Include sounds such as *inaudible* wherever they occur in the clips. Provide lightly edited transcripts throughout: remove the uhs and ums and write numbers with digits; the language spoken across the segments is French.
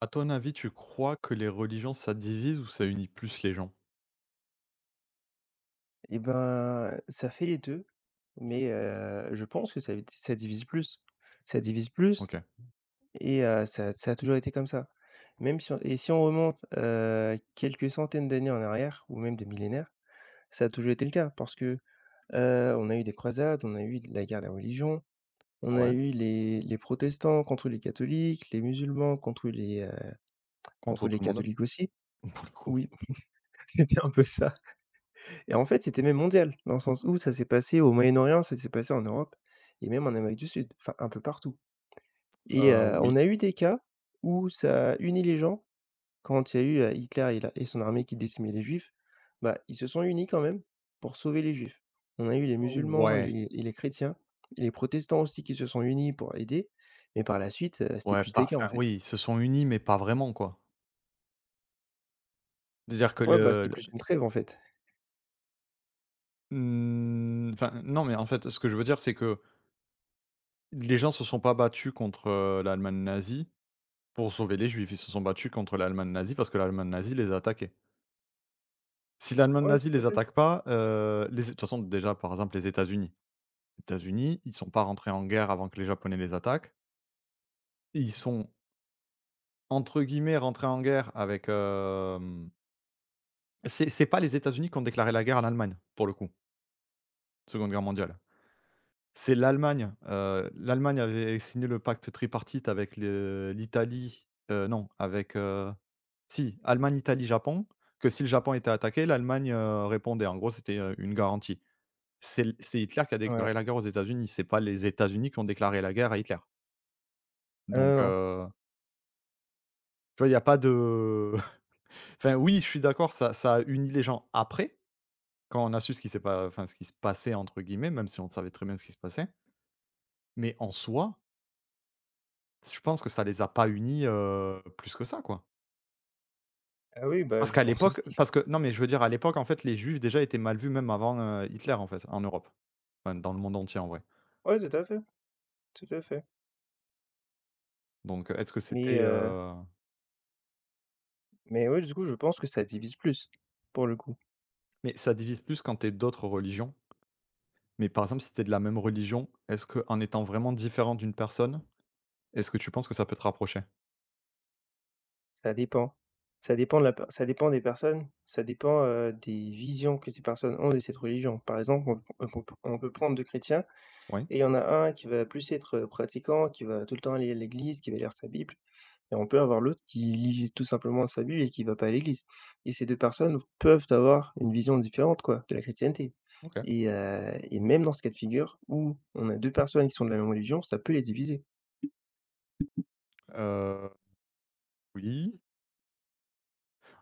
À ton avis, tu crois que les religions, ça divise ou ça unit plus les gens? Et ben, ça fait les 2, mais je pense que ça divise plus. Ça divise plus OK. et ça a toujours été comme ça. Même si on et si on remonte, quelques centaines d'années en arrière ou même des millénaires, ça a toujours été le cas parce que, on a eu des croisades, on a eu la guerre des religions, on a Ouais, eu les protestants contre les catholiques, les musulmans contre les contre contre tout les le monde. catholiques aussi. *laughs* Pour le coup. Oui, *laughs* c'était un peu ça. Et en fait, c'était même mondial, dans le sens où ça s'est passé au Moyen-Orient, ça s'est passé en Europe et même en Amérique du Sud, enfin un peu partout et Oui. on a eu des cas où ça a uni les gens quand il y a eu Hitler et la et son armée qui décimaient les juifs, bah, ils se sont unis quand même pour sauver les juifs. On a eu les musulmans, Ouais. Les chrétiens et les protestants aussi qui se sont unis pour aider, mais par la suite, c'était Ouais, plus des pas cas en enfin, fait. oui, ils se sont unis, mais pas vraiment, quoi. C'est-à-dire que Ouais, bah, le c'était le plus une trêve, en fait. mmh, enfin, non, mais en fait, ce que je veux dire, c'est que les gens se sont pas battus contre, l'Allemagne nazie pour sauver les Juifs. Ils se sont battus contre l'Allemagne nazie parce que l'Allemagne nazie les a attaqués. Si l'Allemagne Ouais, nazie tout à les fait. attaque pas, les de toute façon, déjà, par exemple, les États-Unis. Les États-Unis, ils sont pas rentrés en guerre avant que les Japonais les attaquent. Ils sont entre guillemets «rentrés en guerre» avec, c'est pas les États-Unis qui ont déclaré la guerre à l'Allemagne, pour le coup, Seconde Guerre mondiale. C'est l'Allemagne, l'Allemagne avait signé le pacte tripartite avec le l'Italie, non, avec, si, Allemagne, Italie, Japon, que si le Japon était attaqué, l'Allemagne, répondait. En gros, c'était, une garantie. C'est Hitler qui a Ouais. déclaré la guerre aux États-Unis, c'est pas les États-Unis qui ont déclaré la guerre à Hitler. Ah Donc, non. Tu vois, il y a pas de. Enfin, oui, je suis d'accord, ça a uni les gens après, quand on a su ce qui s'est pas enfin, ce qui se «passait» entre guillemets, même si on savait très bien ce qui se passait. Mais en soi, je pense que ça les a pas unis, plus que ça, quoi. Ah oui, bah, Parce je qu'à pense l'époque aussi. parce que non, mais je veux dire à l'époque, en fait, les juifs déjà étaient mal vus même avant, Hitler, en fait, en Europe. Enfin, dans le monde entier, en vrai. Ouais, tout à fait, tout à fait. Donc, est-ce que Mais c'était, ouais, du coup, je pense que ça divise plus, pour le coup. mais ça divise plus quand t'es d'autres religions. Mais par exemple, si t'es de la même religion, est-ce que en étant vraiment différent d'une personne, est-ce que tu penses que ça peut te rapprocher? Ça dépend. Ça dépend de la per Ça dépend des personnes, ça dépend, des visions que ces personnes ont de cette religion. Par exemple, on peut prendre 2 chrétiens Oui, et il y en a un qui va plus être, pratiquant, qui va tout le temps aller à l'église, qui va lire sa Bible et on peut avoir l'autre qui lit tout simplement sa Bible et qui va pas à l'église et ces 2 personnes peuvent avoir une vision différente, quoi, de la chrétienté OK. et même dans ce cas de figure où on a 2 personnes qui sont de la même religion, ça peut les diviser. Heu, oui.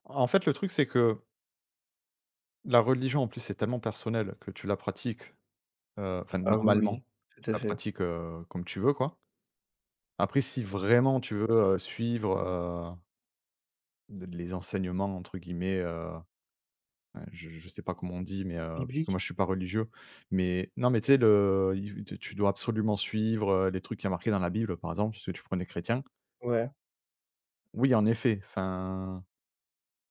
En fait, le truc, c'est que la religion, en plus, c'est tellement personnel que tu la pratiques, enfin, Ah oui, oui, normalement, tu tout à la fait. pratiques, comme tu veux, quoi. Après, si vraiment tu veux, suivre, de «les enseignements» entre guillemets, ouais, je sais pas comment on dit, mais parce que moi, je suis pas religieux, mais non, mais tu sais, le il tu dois absolument suivre, les trucs qui y a marqués dans la Bible, par exemple, puisque tu prenais chrétien. Ouais. Oui, en effet, enfin.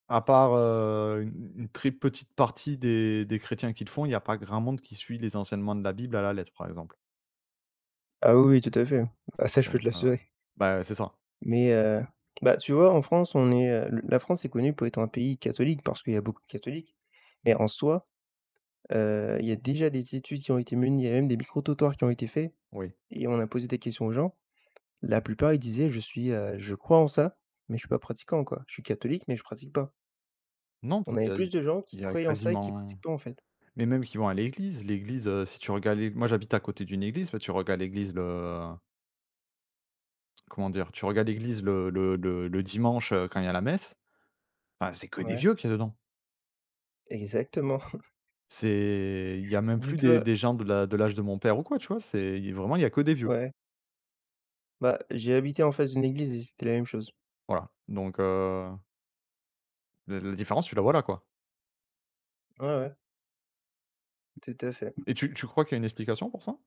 À part, une très petite partie des chrétiens qui le font, il n'y a pas grand monde qui suit les enseignements de la Bible à la lettre, par exemple. Ah oui, oui, tout à fait. Ah ça, je peux te Donc l'assurer. bah, c'est ça, Mais, bah, tu vois, en France, on est, le la France est connue pour être un pays catholique parce qu'il y a beaucoup de catholiques. Mais en soi, il y a déjà des études qui ont été menées, il y a même des micro-trottoirs qui ont été faits oui. et on a posé des questions aux gens. La plupart, ils disaient: «Je suis, je crois en ça, mais je suis pas pratiquant, quoi. Je suis catholique, mais je pratique pas». Non, On parce avait qu'il y a plus de gens qui il y a croyaient en ça et qui quasiment pratiquent pas, en fait. mais même qui vont à l'église, l'église, si tu regardes l'é moi j'habite à côté d'une église, bah, tu regardes l'église le comment dire? Tu regardes l'église le dimanche, quand il y a la messe, bah, c'est que des Ouais, vieux qu'il y a dedans. exactement. *laughs* C'est il y a même plus des Dis-toi des gens de la de l'âge de mon père ou quoi, tu vois? C'est il Vraiment, il y a que des vieux. ouais, bah, j'ai habité en face d'une église et c'était la même chose. Voilà. Donc la différence, tu la vois là, quoi. Ouais, ouais, tout à fait. Et tu crois qu'il y a une explication pour ça?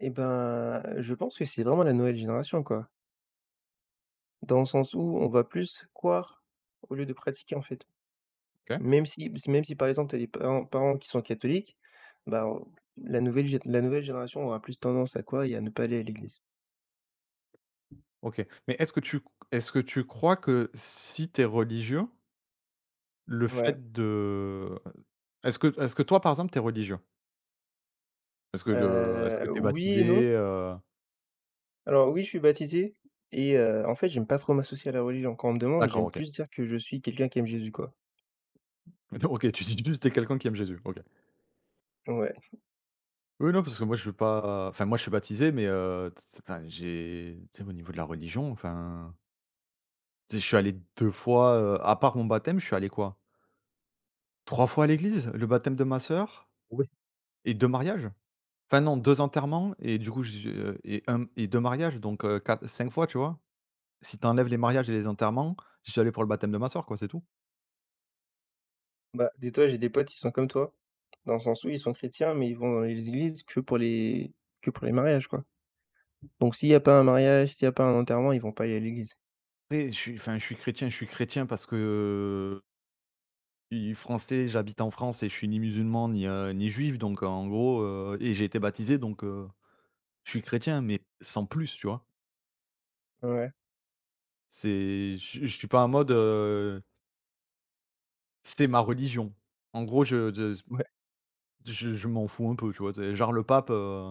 Et ben, je pense que c'est vraiment la nouvelle génération, quoi. Dans le sens où on va plus croire au lieu de pratiquer, en fait. OK, Même si par exemple, tu as des parents qui sont catholiques, bah, on- la nouvelle, la nouvelle génération aura plus tendance à quoi? Et à ne pas aller à l'église. OK. Mais est-ce que tu crois que si tu es religieux, le Ouais. fait de est-ce que toi, par exemple, tu es religieux? Est-ce que est-ce que tu es Oui et non. baptisé? Alors oui, je suis baptisé et en fait, j'aime pas trop m'associer à la religion. Quand on me demande, D'accord, j'aime OK. plus dire que je suis quelqu'un qui aime Jésus, quoi. *laughs* OK, tu dis juste que tu es quelqu'un qui aime Jésus, OK. Ouais. Oui, non, parce que moi, je veux pas enfin, moi, je suis baptisé, mais enfin, j'ai tu sais, au niveau de la religion, enfin, je suis allé 2 fois, à part mon baptême, je suis allé quoi? 3 fois à l'église, le baptême de ma sœur Oui. et 2 mariages. Enfin non, 2 enterrements et du coup j'ai et un et 2 mariages donc quat 5 fois, tu vois? Si t'enlèves les mariages et les enterrements, j'y suis allé pour le baptême de ma sœur, quoi, c'est tout. Bah, dis-toi, j'ai des potes, ils sont comme toi, dans le sens où ils sont chrétiens, mais ils vont dans les églises que pour les mariages, quoi. Donc s'il y a pas un mariage, s'il y a pas un enterrement, ils vont pas aller à l'église. Après je suis enfin je suis chrétien parce que, je suis français, j'habite en France et je suis ni musulman ni, ni juif donc en gros, et j'ai été baptisé donc je suis chrétien mais sans plus, tu vois? Ouais, C'est je suis pas en mode, c'est ma religion. En gros je de ouais. Je m'en fous un peu, tu vois? Tu Genre le pape,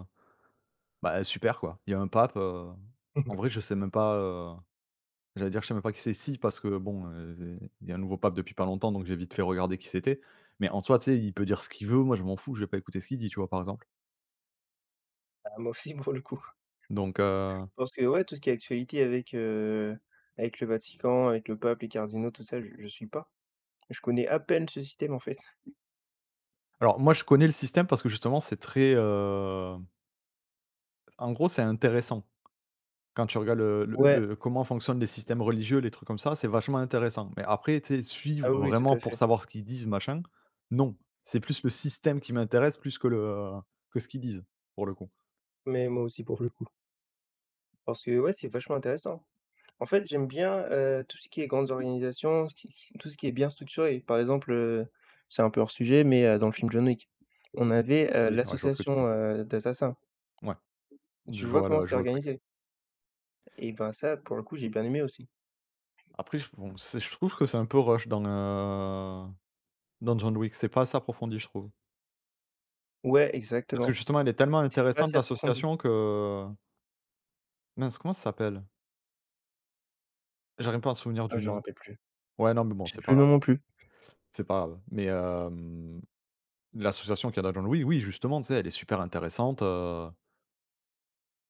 bah, super quoi. Il y a un pape, en vrai *laughs* je sais même pas, j'allais dire je sais même pas qui c'est. Si parce que bon, il y a un nouveau pape depuis pas longtemps donc j'ai vite fait regarder qui c'était. Mais en soi, tu sais, il peut dire ce qu'il veut, moi je m'en fous, je vais pas écouter ce qu'il dit, tu vois? Par exemple. Ah, moi aussi, pour le coup. Donc Parce que, ouais, tout ce qui est actualité avec le Vatican, avec le pape, les cardinaux, tout ça, je suis pas. Je connais à peine ce système, en fait. alors moi je connais le système parce que justement c'est très, en gros c'est intéressant. Quand tu regardes Ouais, le comment fonctionnent les systèmes religieux, les trucs comme ça, c'est vachement intéressant. Mais après, tu sais, ah suivre oui, oui, tout vraiment à pour fait. savoir ce qu'ils disent, machin, non. C'est plus le système qui m'intéresse plus que le que ce qu'ils disent, pour le coup. Mais moi aussi, pour le coup. Parce que, ouais, c'est vachement intéressant. En fait, j'aime bien, tout ce qui est grandes organisations, qui tout ce qui est bien structuré. Par exemple, c'est un peu hors sujet, mais, dans le film John Wick, on avait, Mmh, Oui, ouais, je vois ce que tu dis. l'association, d'assassins. Ouais, Tu vois comment c'était je vois le truc. organisé et ben, ça, pour le coup, j'ai bien aimé aussi. Après, je bon, c'est je trouve que c'est un peu rush dans, dans John Wick, c'est pas assez approfondi, je trouve. Ouais, Parce que exactement. justement, elle est tellement C'est pas intéressante assez approfondi. l'association que mince, comment ça s'appelle? J'arrive pas à me souvenir Ah, du je me nom. rappelle plus. Ouais, non, mais bon, J'ai c'est plus pas le grave, nom non plus. c'est pas grave. Mais hem l'association qui a John Louis oui, justement, tu sais, elle est super intéressante.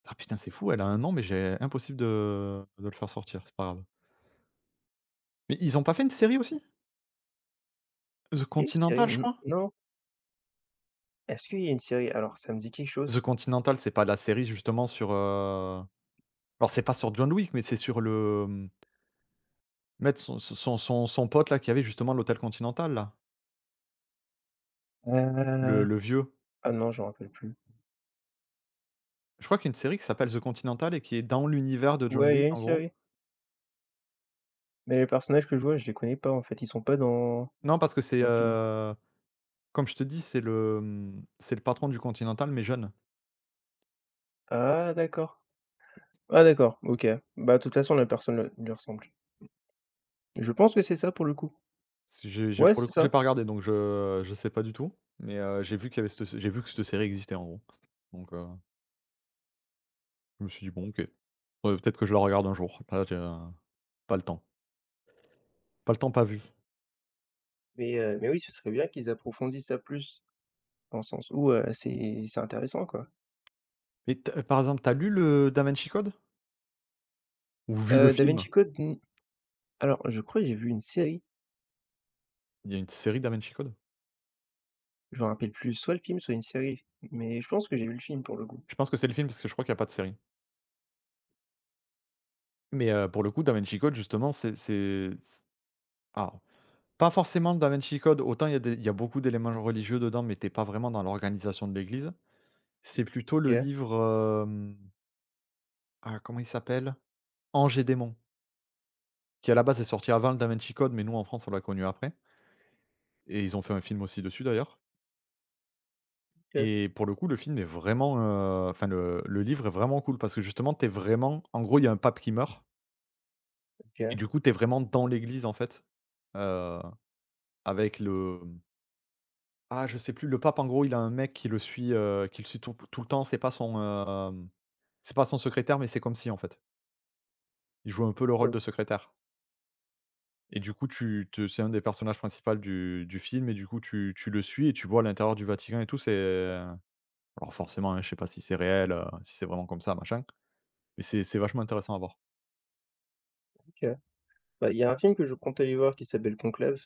Ah putain, c'est fou, elle a un nom, mais j'ai impossible de le faire sortir, c'est pas grave. Mais ils ont pas fait une série aussi? The C'est une série? Continental, je N crois? non? Est-ce qu'il y a une série, alors ça me dit quelque chose. The Continental, c'est pas la série justement sur, alors c'est pas sur John Wick, mais c'est sur son pote là qui avait justement l'hôtel Continental là, Euh, le vieux. Ah non, je me rappelle plus. Je crois qu'il y a une série qui s'appelle The Continental et qui est dans l'univers de John Ouais, il y a Wick une en gros. série. Mais les personnages que je vois, je les connais pas en fait. Ils sont pas dans Non, parce que c'est, le film. Comme je te dis, c'est c'est le patron du Continental mais jeune. Ah d'accord. Ah d'accord, ok. Bah de toute façon, la personne lui ressemble. Je pense que c'est ça pour le coup. Si j'ai j'ai Ouais, Pour le c'est coup, j'ai ça. pas regardé, donc je sais pas du tout, mais j'ai vu qu'il y avait cette j'ai vu que cette série existait, en gros, donc je me suis dit: «Bon, OK, ouais, peut-être que je la regarde un jour». Là, j'ai, pas le temps. Pas le temps, pas vu. Mais oui, ce serait bien qu'ils approfondissent ça plus, dans le sens où, c'est intéressant, quoi. Et tu par exemple, t'as lu le Da Vinci Code? Ou vu le Da film? Vinci Code, alors je crois que j'ai vu une série, Il y a une série Da Vinci Code? je me rappelle plus, soit le film, soit une série, mais je pense que j'ai vu le film pour le coup. Je pense que c'est le film, parce que je crois qu'il y a pas de série, mais pour le coup, Da Vinci Code, justement, c'est c alors, pas forcément Da Vinci Code, autant il y a beaucoup d'éléments religieux dedans, mais t'es pas vraiment dans l'organisation de l'Église. C'est plutôt le OK, livre. Ah, comment il s'appelle? Ange et Démons, qui à la base est sorti avant le Da Vinci Code, mais nous en France on l'a connu après et ils ont fait un film aussi dessus d'ailleurs OK, et pour le coup le film est vraiment, enfin le livre est vraiment cool parce que justement t'es vraiment en gros il y a un pape qui meurt et OK. du coup t'es vraiment dans l'église en fait, heu, avec le ah je sais plus, le pape en gros il a un mec qui le suit tout le temps, c'est pas son, c'est pas son secrétaire mais c'est comme si en fait. Il joue un peu le Ah rôle ouais, de secrétaire. Et du coup, tu te c'est un des personnages principaux du film et du coup, tu le suis et tu vois à l'intérieur du Vatican et tout, c'est alors forcément, hein, je sais pas si c'est réel, si c'est vraiment comme ça, machin, mais c'est vachement intéressant à voir. OK. Bah, il y a un film que je compte aller voir qui s'appelle Conclave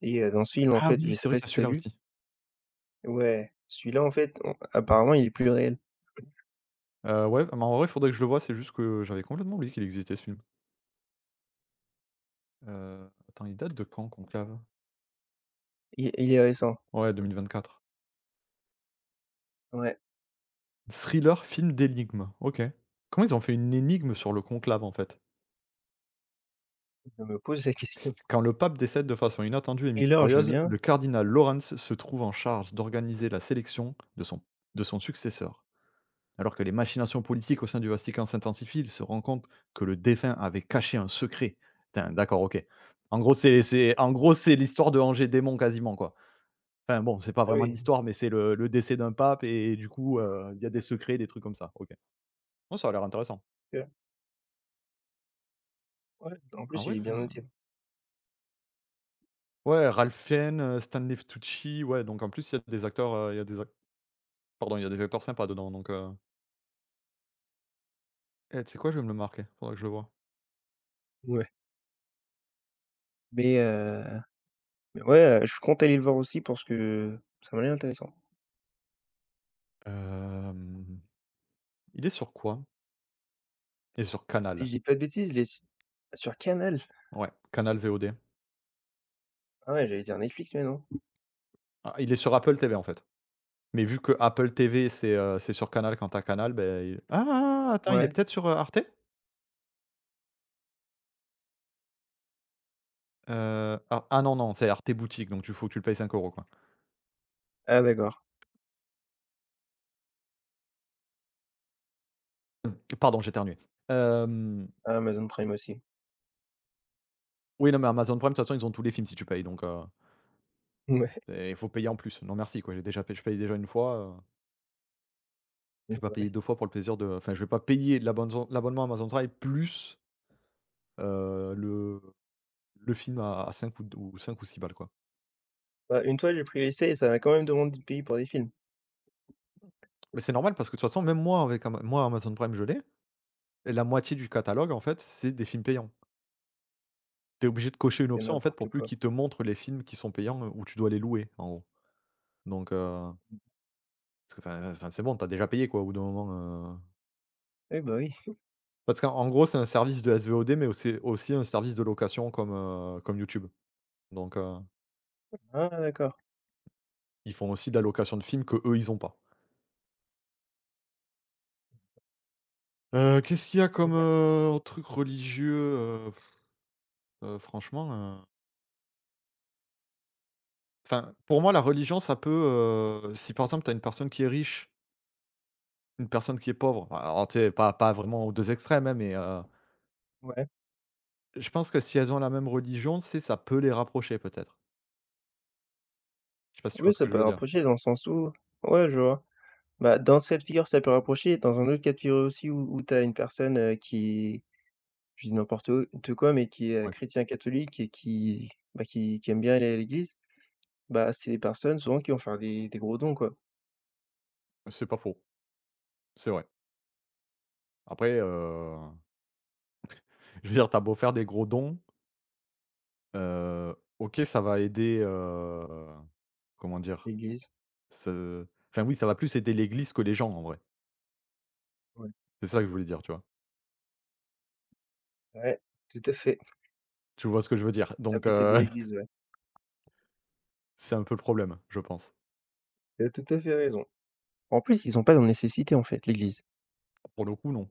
et dans ce film, en Ah fait, je oui, sais c'est vrai pas si qu'il y a t'as as celui-là vu? aussi. Ouais, celui-là, en fait, on apparemment, il est plus réel. Ouais, mais en vrai, il faudrait que je le voie, c'est juste que j'avais complètement oublié qu'il existait ce film. Attends, il date de quand, Conclave? Il est récent. Ouais, 2024. Ouais, Thriller, film d'énigme, OK. Comment ils ont fait une énigme sur le conclave, en fait? je me pose la *laughs* question. Quand le pape décède de façon inattendue et Et l'heure, je veux mystérieuse, bien. le cardinal Lawrence se trouve en charge d'organiser la sélection de de son successeur. Alors que les machinations politiques au sein du Vatican s'intensifient, il se rend compte que le défunt avait caché un secret. Putain, d'accord, ok. En gros, c'est l'histoire de Angers Démon quasiment, quoi. Enfin bon, c'est pas Ah vraiment oui, l'histoire, mais c'est le décès d'un pape et, du coup, il y a des secrets, des trucs comme ça. Ok. Bon, ça a l'air intéressant. tu vois? Ouais, en En plus, vrai, il est bien enfin, noté. ouais, Ralph Fiennes, Stanley Tucci, ouais. Donc en plus, il y a des acteurs, il y a des Pardon, il y a des acteurs sympas dedans, donc tu sais quoi? Je vais me le marquer, faudrait que je le vois. Ouais, mais ouais, je compte aller le voir aussi parce que ça m'a l'air intéressant. Hem, il est sur quoi? Il est sur Si Canal. je dis pas de bêtises, il est s sur Canal? Ouais, Canal VOD. Ah ouais, j'allais dire Netflix, mais non. Ah, il est sur Apple TV, en fait. Mais vu que Apple TV, c'est sur Canal quand t'as Canal, ben. Il ah, ah, ah! Attends, il est Ouais, peut-être sur, Arte? Non, non, c'est Arte Boutique, donc tu faut que tu le payes 5 € quoi. ah d'accord, *clears throat* Pardon, j'ai éternué. Hem, Amazon Prime aussi. oui, non, mais Amazon Prime, de toute façon, ils ont tous les films si tu payes, donc Ouais, c'est il faut payer en plus. Non merci quoi, j'ai déjà payé je paye déjà une fois, je vais *laughs* pas bah, payer 2 oui. fois pour le plaisir de enfin, je vais pas payer de l'abonnement Amazon Prime plus, heu, le le film à 5 ou d ou 5 ou 6 balles, quoi. Bah, une fois, j'ai pris l'essai et ça m'a quand même demandé de payer pour des films. Mais c'est normal parce que de toute façon, même moi avec Amazon Prime, je l'ai et la moitié du catalogue, en fait, c'est des films payants. T'es obligé de cocher une C'est option, en fait, n'importe pour plus quoi. qu'ils te montrent les films qui sont payants, où tu dois les louer, en gros. Donc parce que c'est bon, t'as déjà payé, quoi, au bout d'un moment, Oui, bah, oui. parce qu'en en gros, c'est un service de SVOD, mais au c'est aussi un service de location comme, comme YouTube. Donc Ah d'accord. ils font aussi de la location de films que eux ils ont pas. Qu'est-ce qu'il y a Non comme, merci. Truc religieux, franchement, enfin, pour moi, la religion, ça peut, si par exemple, tu as une personne qui est riche, une personne qui est pauvre, alors tu sais, pas vraiment aux 2 extrêmes, hein, mais, Ouais. je pense que si elles ont la même religion, c'est ça peut les rapprocher peut-être. Je sais pas si tu Oui, vois ce ça que je peut veux dire? rapprocher dans le sens où ouais, je vois. Bah, dans cette figure, ça peut rapprocher, dans un autre cas de figure aussi où tu as une personne, qui je dis n'importe o te quoi, mais qui est, Ouais, chrétien catholique et qui, bah, qui aime bien aller à l'église, bah, c'est des personnes souvent qui vont faire des gros dons, quoi. c'est pas faux, c'est vrai. Après, je veux dire, t'as beau faire des gros dons, ok, ça va aider, comment dire? L'église, Ce oui, ça va plus aider l'église que les gens en vrai. ouais. C'est ça que je voulais dire, tu vois? Ouais, tout à fait. *laughs* Tu vois ce que je veux dire? La Donc plus aidée *laughs* l'église, ouais. c'est un peu le problème, je pense. Tu as tout à fait raison. En plus, ils ont pas dans nécessité, en fait, l'église. Pour le coup, non.